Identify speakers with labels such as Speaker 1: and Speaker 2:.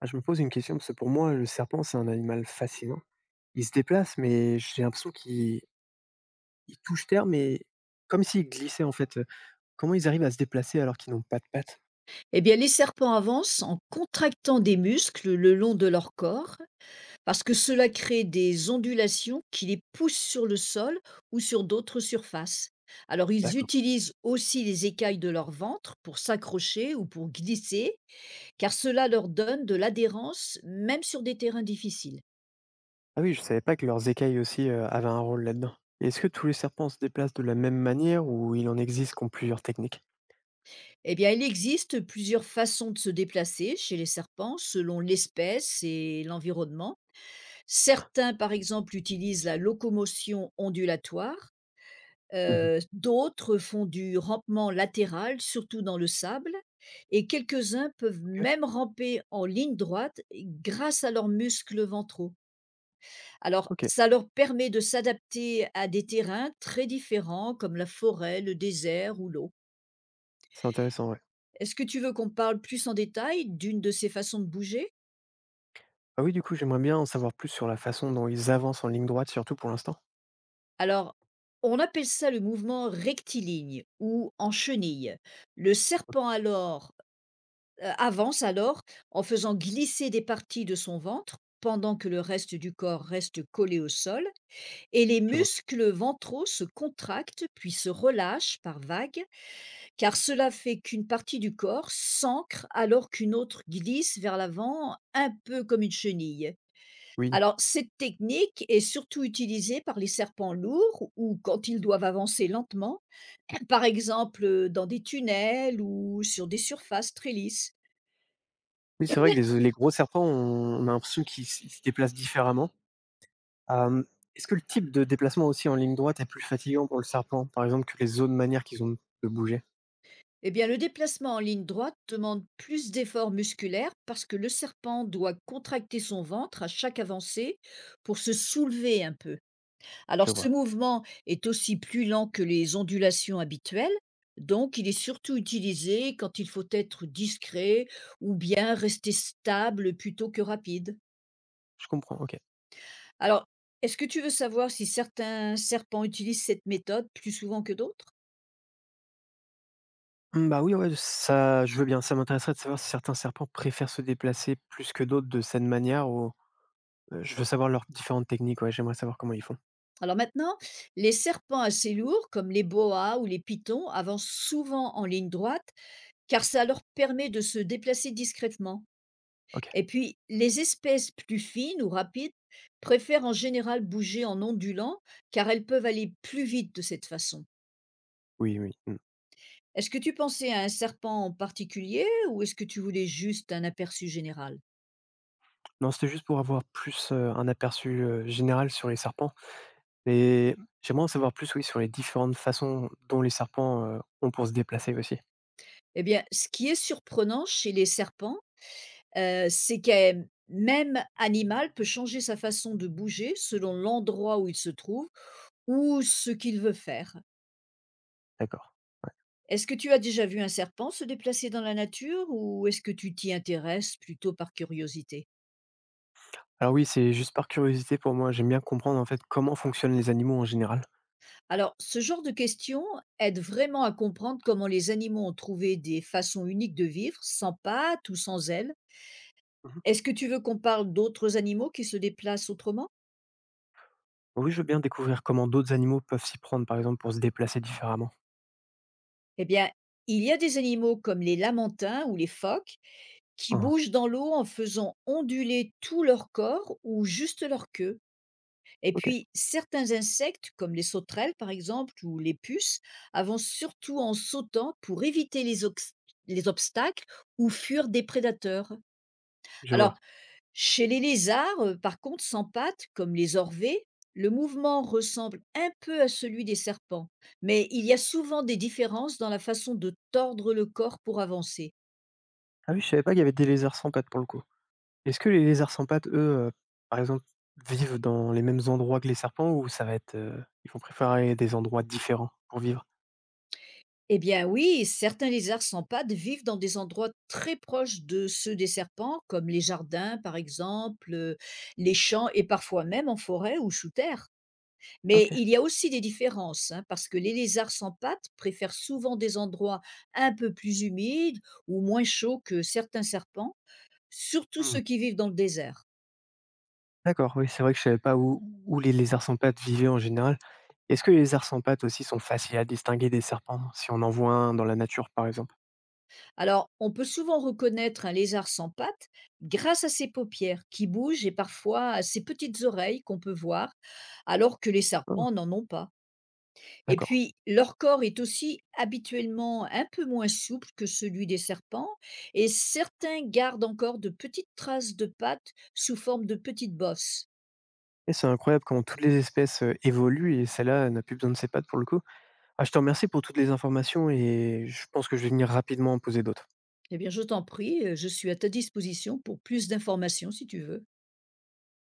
Speaker 1: Ah, je me pose une question, parce que pour moi, le serpent, c'est un animal fascinant. Il se déplace, mais j'ai l'impression qu'il il touche terre, mais comme s'il glissait en fait. Comment ils arrivent à se déplacer alors qu'ils n'ont pas de pattes?
Speaker 2: Eh bien, les serpents avancent en contractant des muscles le long de leur corps, parce que cela crée des ondulations qui les poussent sur le sol ou sur d'autres surfaces. Alors, ils
Speaker 1: D'accord.
Speaker 2: utilisent aussi les écailles de leur ventre pour s'accrocher ou pour glisser, car cela leur donne de l'adhérence même sur des terrains difficiles.
Speaker 1: Ah oui, je savais pas que leurs écailles aussi avaient un rôle là-dedans. Est-ce que tous les serpents se déplacent de la même manière ou il en existe qui ont plusieurs techniques?
Speaker 2: Eh bien, il existe plusieurs façons de se déplacer chez les serpents selon l'espèce et l'environnement. Certains, par exemple, utilisent la locomotion ondulatoire.
Speaker 1: Mhm.
Speaker 2: D'autres font du rampement latéral, surtout dans le sable, et quelques-uns peuvent
Speaker 1: Ok.
Speaker 2: même ramper en ligne droite grâce à leurs muscles ventraux. Alors
Speaker 1: Ok,
Speaker 2: ça leur permet de s'adapter à des terrains très différents comme la forêt, le désert ou l'eau.
Speaker 1: c'est intéressant, ouais.
Speaker 2: Est-ce que tu veux qu'on parle plus en détail d'une de ces façons de bouger?
Speaker 1: Ah oui, du coup, j'aimerais bien en savoir plus sur la façon dont ils avancent en ligne droite, surtout pour l'instant.
Speaker 2: Alors, on appelle ça le mouvement rectiligne ou en chenille. Le serpent avance en faisant glisser des parties de son ventre pendant que le reste du corps reste collé au sol, et les
Speaker 1: Je vois.
Speaker 2: muscles ventraux se contractent puis se relâchent par vagues, car cela fait qu'une partie du corps s'ancre alors qu'une autre glisse vers l'avant, un peu comme une chenille.
Speaker 1: Oui.
Speaker 2: Alors cette technique est surtout utilisée par les serpents lourds ou quand ils doivent avancer lentement, par exemple, dans des tunnels ou sur des surfaces très lisses.
Speaker 1: Oui, c'est vrai que les gros serpents, on a l'impression qu'ils s ils se déplacent différemment. Hem, Est-ce que le type de déplacement aussi en ligne droite est plus fatigant pour le serpent, par exemple, que les autres manières qu'ils ont de bouger?
Speaker 2: Eh bien, le déplacement en ligne droite demande plus d'efforts musculaires parce que le serpent doit contracter son ventre à chaque avancée pour se soulever un peu. Alors,
Speaker 1: Je
Speaker 2: ce
Speaker 1: vois,
Speaker 2: mouvement est aussi plus lent que les ondulations habituelles, donc il est surtout utilisé quand il faut être discret ou bien rester stable plutôt que rapide.
Speaker 1: je comprends, OK.
Speaker 2: Alors, est-ce que tu veux savoir si certains serpents utilisent cette méthode plus souvent que d'autres?
Speaker 1: Mmh, bah, oui, ouais, ça je veux bien, ça m'intéresserait de savoir si certains serpents préfèrent se déplacer plus que d'autres de cette manière ou je veux savoir leurs différentes techniques, ouais, j'aimerais savoir comment ils font.
Speaker 2: Alors maintenant, les serpents assez lourds, comme les boas ou les pitons, avancent souvent en ligne droite, car ça leur permet de se déplacer discrètement.
Speaker 1: OK.
Speaker 2: Et puis, les espèces plus fines ou rapides préfèrent en général bouger en ondulant, car elles peuvent aller plus vite de cette façon.
Speaker 1: Oui, oui, mmh.
Speaker 2: Est-ce que tu pensais à un serpent en particulier ou est-ce que tu voulais juste un aperçu général?
Speaker 1: Non, c'était juste pour avoir plus, un aperçu, général sur les serpents. Et j'aimerais en savoir plus, oui, sur les différentes façons dont les serpents, ont pour se déplacer aussi.
Speaker 2: Eh bien, ce qui est surprenant chez les serpents, c'est que même animal peut changer sa façon de bouger selon l'endroit où il se trouve ou ce qu'il veut faire.
Speaker 1: D'accord. Ouais.
Speaker 2: Est-ce que tu as déjà vu un serpent se déplacer dans la nature ou est-ce que tu t'y intéresses plutôt par curiosité?
Speaker 1: Alors oui, c'est juste par curiosité pour moi. J'aime bien comprendre en fait comment fonctionnent les animaux en général.
Speaker 2: Alors, ce genre de questions aide vraiment à comprendre comment les animaux ont trouvé des façons uniques de vivre, sans pattes ou sans ailes.
Speaker 1: Mhm.
Speaker 2: Est-ce que tu veux qu'on parle d'autres animaux qui se déplacent autrement?
Speaker 1: Oui, je veux bien découvrir comment d'autres animaux peuvent s'y prendre, par exemple, pour se déplacer différemment.
Speaker 2: Eh bien, il y a des animaux comme les lamantins ou les phoques qui
Speaker 1: Ah,
Speaker 2: bougent dans l'eau en faisant onduler tout leur corps ou juste leur queue. Et
Speaker 1: ok,
Speaker 2: puis certains insectes, comme les sauterelles par exemple ou les puces, avancent surtout en sautant pour éviter les obstacles ou fuir des prédateurs.
Speaker 1: je vois.
Speaker 2: Alors, chez les lézards, par contre, sans pattes, comme les orvées, le mouvement ressemble un peu à celui des serpents, mais il y a souvent des différences dans la façon de tordre le corps pour avancer.
Speaker 1: Ah oui, je savais pas qu'il y avait des lézards sans pattes pour le coup. Est-ce que les lézards sans pattes, eux, par exemple, vivent dans les mêmes endroits que les serpents ou ça va être, ils vont préférer des endroits différents pour vivre?
Speaker 2: Eh bien oui, certains lézards sans pattes vivent dans des endroits très proches de ceux des serpents, comme les jardins par exemple, les champs et parfois même en forêt ou sous terre.
Speaker 1: Ok.
Speaker 2: Mais il y a aussi des différences, hein, parce que les lézards sans pattes préfèrent souvent des endroits un peu plus humides ou moins chauds que certains serpents, surtout ceux qui vivent dans le désert.
Speaker 1: D'accord, oui, c'est vrai que je savais pas où les lézards sans pattes vivaient en général. Est-ce que les lézards sans pattes aussi sont faciles à distinguer des serpents, si on en voit un dans la nature, par exemple?
Speaker 2: Alors, on peut souvent reconnaître un lézard sans pattes grâce à ses paupières qui bougent et parfois à ses petites oreilles qu'on peut voir, alors que les
Speaker 1: Ah,
Speaker 2: serpents n'en ont pas. Et
Speaker 1: d'accord.
Speaker 2: puis, leur corps est aussi habituellement un peu moins souple que celui des serpents, et certains gardent encore de petites traces de pattes sous forme de petites bosses.
Speaker 1: Et c'est incroyable comment toutes les espèces, évoluent et celle-là, n'a plus besoin de ses pattes pour le coup. Ah, je te remercie pour toutes les informations et je pense que je vais venir rapidement en poser d'autres.
Speaker 2: Eh bien, je t'en prie, je suis à ta disposition pour plus d'informations si tu veux.